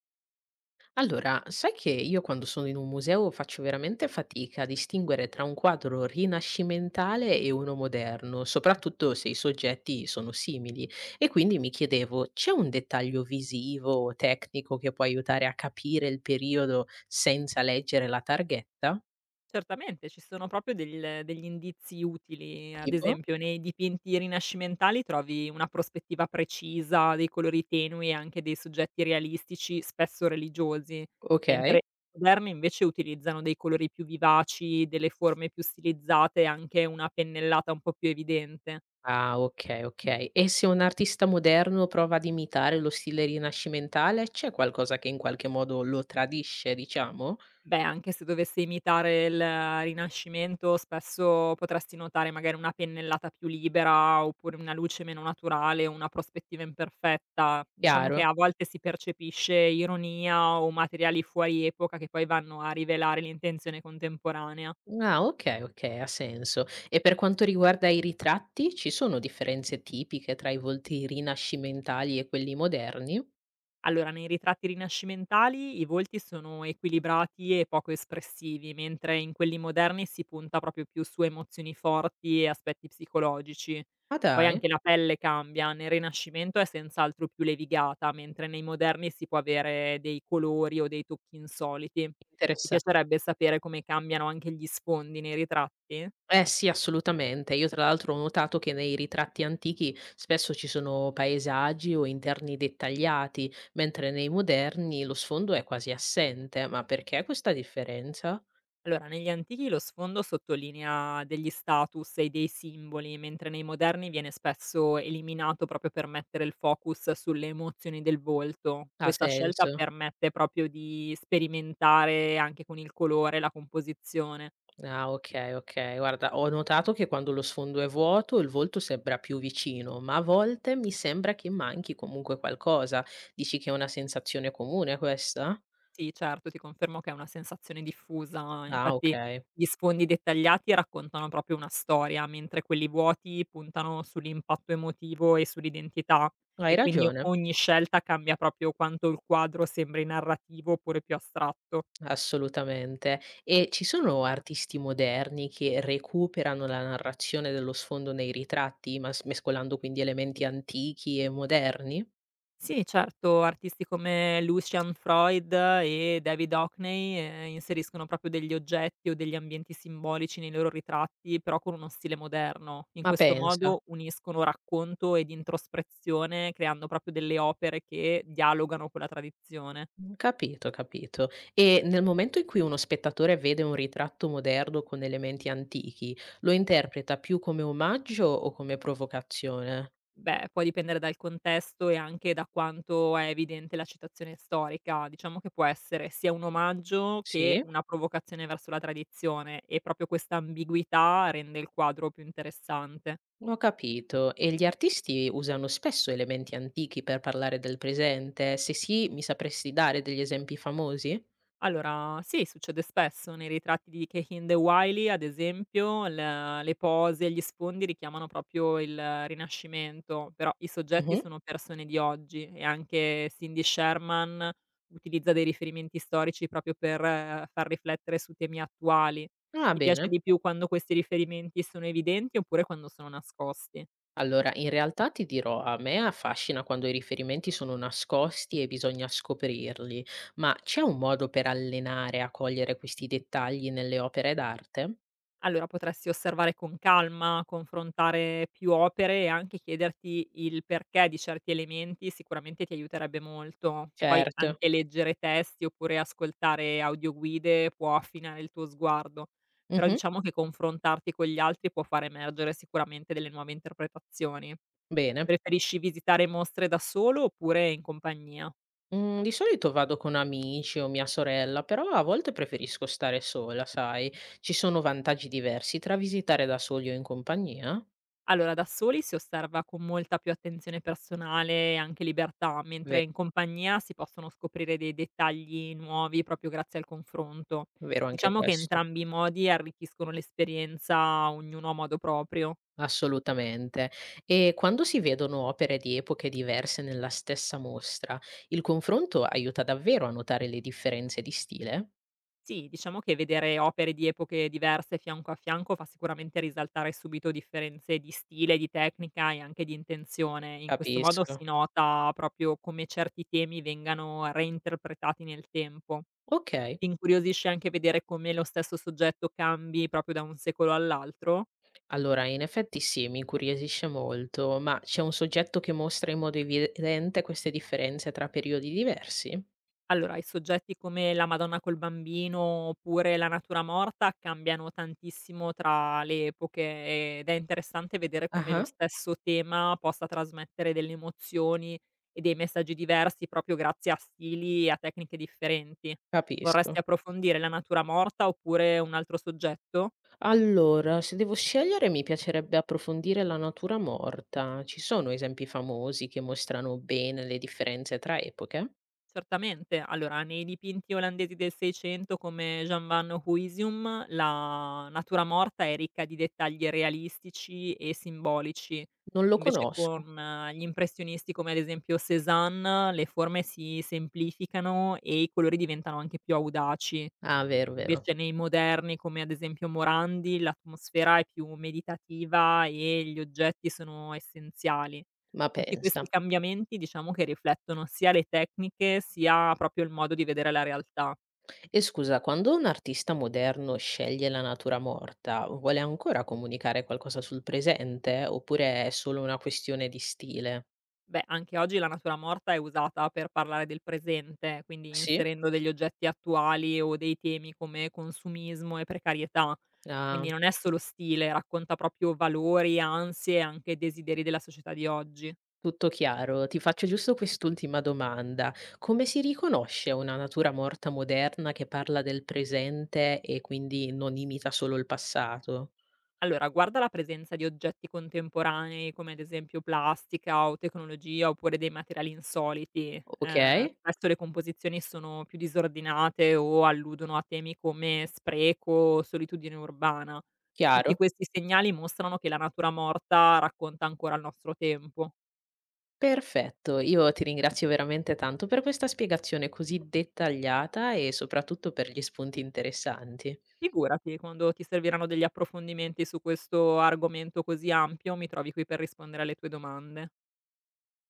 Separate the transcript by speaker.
Speaker 1: Allora, sai che io quando sono in un museo faccio veramente fatica a distinguere tra un quadro rinascimentale e uno moderno, soprattutto se i soggetti sono simili. E quindi mi chiedevo, c'è un dettaglio visivo o tecnico che può aiutare a capire il periodo senza leggere la targhetta?
Speaker 2: Certamente, ci sono proprio del degli indizi utili, ad
Speaker 1: Tipo?
Speaker 2: esempio nei dipinti rinascimentali trovi una prospettiva precisa, dei colori tenui e anche dei soggetti realistici, spesso religiosi,
Speaker 1: Ok.
Speaker 2: mentre i moderni invece utilizzano dei colori più vivaci, delle forme più stilizzate e anche una pennellata un po' più evidente.
Speaker 1: Ah, ok, ok. E se un artista moderno prova ad imitare lo stile rinascimentale, c'è qualcosa che in qualche modo lo tradisce, diciamo?
Speaker 2: Beh, anche se dovesse imitare il Rinascimento, spesso potresti notare magari una pennellata più libera, oppure una luce meno naturale, una prospettiva imperfetta. Diciamo che
Speaker 1: Chiaro?
Speaker 2: a volte si percepisce ironia o materiali fuori epoca che poi vanno a rivelare l'intenzione contemporanea.
Speaker 1: Ah, okay, okay, ha senso. E per quanto riguarda i ritratti, ci sono differenze tipiche tra i volti rinascimentali e quelli moderni?
Speaker 2: Allora, nei ritratti rinascimentali i volti sono equilibrati e poco espressivi, mentre in quelli moderni si punta proprio più su emozioni forti e aspetti psicologici.
Speaker 1: Ma
Speaker 2: Poi
Speaker 1: dai,
Speaker 2: anche la pelle cambia, nel Rinascimento è senz'altro più levigata, mentre nei moderni si può avere dei colori o dei tocchi insoliti. Ti
Speaker 1: interessa
Speaker 2: piacerebbe sapere come cambiano anche gli sfondi nei ritratti?
Speaker 1: eh sì, assolutamente. Io tra l'altro ho notato che nei ritratti antichi spesso ci sono paesaggi o interni dettagliati, mentre nei moderni lo sfondo è quasi assente. Ma perché questa differenza?
Speaker 2: Allora, negli antichi lo sfondo sottolinea degli status e dei simboli, mentre nei moderni viene spesso eliminato proprio per mettere il focus sulle emozioni del volto.
Speaker 1: Ha
Speaker 2: Questa scelta
Speaker 1: senso.
Speaker 2: permette proprio di sperimentare anche con il colore, la composizione.
Speaker 1: Ah, okay, okay. Guarda, ho notato che quando lo sfondo è vuoto il volto sembra più vicino, ma a volte mi sembra che manchi comunque qualcosa. Dici che è una sensazione comune questa?
Speaker 2: Sì, certo, ti confermo che è una sensazione diffusa,
Speaker 1: Ah,
Speaker 2: infatti
Speaker 1: okay.
Speaker 2: gli sfondi dettagliati raccontano proprio una storia, mentre quelli vuoti puntano sull'impatto emotivo e sull'identità,
Speaker 1: Hai
Speaker 2: e quindi
Speaker 1: ragione,
Speaker 2: ogni scelta cambia proprio quanto il quadro sembri narrativo oppure più astratto.
Speaker 1: assolutamente. E ci sono artisti moderni che recuperano la narrazione dello sfondo nei ritratti, mas mescolando quindi elementi antichi e moderni?
Speaker 2: Sì, certo, artisti come Lucian Freud e David Hockney, inseriscono proprio degli oggetti o degli ambienti simbolici nei loro ritratti, però con uno stile moderno. In
Speaker 1: Ma
Speaker 2: questo
Speaker 1: pensa.
Speaker 2: modo uniscono racconto ed introspezione, creando proprio delle opere che dialogano con la tradizione.
Speaker 1: Capito, capito. E nel momento in cui uno spettatore vede un ritratto moderno con elementi antichi, lo interpreta più come omaggio o come provocazione?
Speaker 2: Beh, può dipendere dal contesto e anche da quanto è evidente la citazione storica. Diciamo che può essere sia un omaggio che
Speaker 1: Sì?
Speaker 2: una provocazione verso la tradizione e proprio questa ambiguità rende il quadro più interessante.
Speaker 1: Ho capito. E gli artisti usano spesso elementi antichi per parlare del presente? Se sì, mi sapresti dare degli esempi famosi?
Speaker 2: Allora, sì, succede spesso nei ritratti di Cahill e Wiley, ad esempio, l le pose e gli sfondi richiamano proprio il Rinascimento, però i soggetti
Speaker 1: Mh-mh.
Speaker 2: sono persone di oggi, e anche Cindy Sherman utilizza dei riferimenti storici proprio per far riflettere su temi attuali.
Speaker 1: Ah,
Speaker 2: Ti piace
Speaker 1: bene.
Speaker 2: di più quando questi riferimenti sono evidenti oppure quando sono nascosti?
Speaker 1: Allora, in realtà ti dirò, a me affascina quando i riferimenti sono nascosti e bisogna scoprirli, ma c'è un modo per allenare a cogliere questi dettagli nelle opere d'arte?
Speaker 2: Allora, potresti osservare con calma, confrontare più opere e anche chiederti il perché di certi elementi, sicuramente ti aiuterebbe molto. Poi
Speaker 1: Certo.
Speaker 2: anche leggere testi oppure ascoltare audioguide può affinare il tuo sguardo, però
Speaker 1: Mhm,
Speaker 2: diciamo che confrontarti con gli altri può far emergere sicuramente delle nuove interpretazioni.
Speaker 1: bene.
Speaker 2: Preferisci visitare mostre da solo oppure in compagnia?
Speaker 1: Mm, di solito vado con amici o mia sorella, però a volte preferisco stare sola, sai? Ci sono vantaggi diversi tra visitare da soli o in compagnia?
Speaker 2: Allora, da soli si osserva con molta più attenzione personale e anche libertà,
Speaker 1: Ve-
Speaker 2: mentre in compagnia si possono scoprire dei dettagli nuovi proprio grazie al confronto.
Speaker 1: Vero anche
Speaker 2: Diciamo che
Speaker 1: questo.
Speaker 2: entrambi i modi arricchiscono l'esperienza, ognuno a modo proprio.
Speaker 1: Assolutamente. E quando si vedono opere di epoche diverse nella stessa mostra, il confronto aiuta davvero a notare le differenze di stile?
Speaker 2: Sì, diciamo che vedere opere di epoche diverse fianco a fianco fa sicuramente risaltare subito differenze di stile, di tecnica e anche di intenzione. In questo modo si
Speaker 1: Capisco.
Speaker 2: nota proprio come certi temi vengano reinterpretati nel tempo.
Speaker 1: Ok.
Speaker 2: Ti incuriosisce anche vedere come lo stesso soggetto cambi proprio da un secolo all'altro?
Speaker 1: Allora, in effetti sì, mi incuriosisce molto, ma c'è un soggetto che mostra in modo evidente queste differenze tra periodi diversi?
Speaker 2: Allora, i soggetti come la Madonna col bambino oppure la natura morta cambiano tantissimo tra le epoche ed è interessante vedere come lo
Speaker 1: Ah,
Speaker 2: stesso tema possa trasmettere delle emozioni e dei messaggi diversi proprio grazie a stili e a tecniche differenti. Vorresti
Speaker 1: capisco.
Speaker 2: approfondire la natura morta oppure un altro soggetto?
Speaker 1: Allora, se devo scegliere, mi piacerebbe approfondire la natura morta. Ci sono esempi famosi che mostrano bene le differenze tra epoche?
Speaker 2: Certamente. Allora, nei dipinti olandesi del 600 come Jan van Huysum, la natura morta è ricca di dettagli realistici e simbolici.
Speaker 1: Non lo
Speaker 2: Invece
Speaker 1: conosco.
Speaker 2: con gli impressionisti come ad esempio Cézanne, le forme si semplificano e i colori diventano anche più audaci.
Speaker 1: Ah, vero, vero.
Speaker 2: Invece nei moderni, come ad esempio Morandi, l'atmosfera è più meditativa e gli oggetti sono essenziali.
Speaker 1: Ma
Speaker 2: Tutti questi
Speaker 1: pensa.
Speaker 2: cambiamenti diciamo che riflettono sia le tecniche, sia proprio il modo di vedere la realtà.
Speaker 1: E scusa, quando un artista moderno sceglie la natura morta, vuole ancora comunicare qualcosa sul presente oppure è solo una questione di stile?
Speaker 2: Beh, anche oggi la natura morta è usata per parlare del presente, quindi
Speaker 1: Sì?
Speaker 2: inserendo degli oggetti attuali o dei temi come consumismo e precarietà.
Speaker 1: Ah,
Speaker 2: Quindi non è solo stile, racconta proprio valori, ansie e anche desideri della società di oggi.
Speaker 1: tutto chiaro. Ti faccio giusto quest'ultima domanda. Come si riconosce una natura morta moderna che parla del presente e quindi non imita solo il passato?
Speaker 2: Allora, guarda la presenza di oggetti contemporanei, come ad esempio plastica o tecnologia, oppure dei materiali insoliti.
Speaker 1: Ok,
Speaker 2: Spesso le composizioni sono più disordinate o alludono a temi come spreco o solitudine urbana. Tutti
Speaker 1: chiaro.
Speaker 2: questi segnali mostrano che la natura morta racconta ancora il nostro tempo.
Speaker 1: Perfetto, io ti ringrazio veramente tanto per questa spiegazione così dettagliata e soprattutto per gli spunti interessanti.
Speaker 2: Figurati, quando ti serviranno degli approfondimenti su questo argomento così ampio, mi trovi qui per rispondere alle tue domande.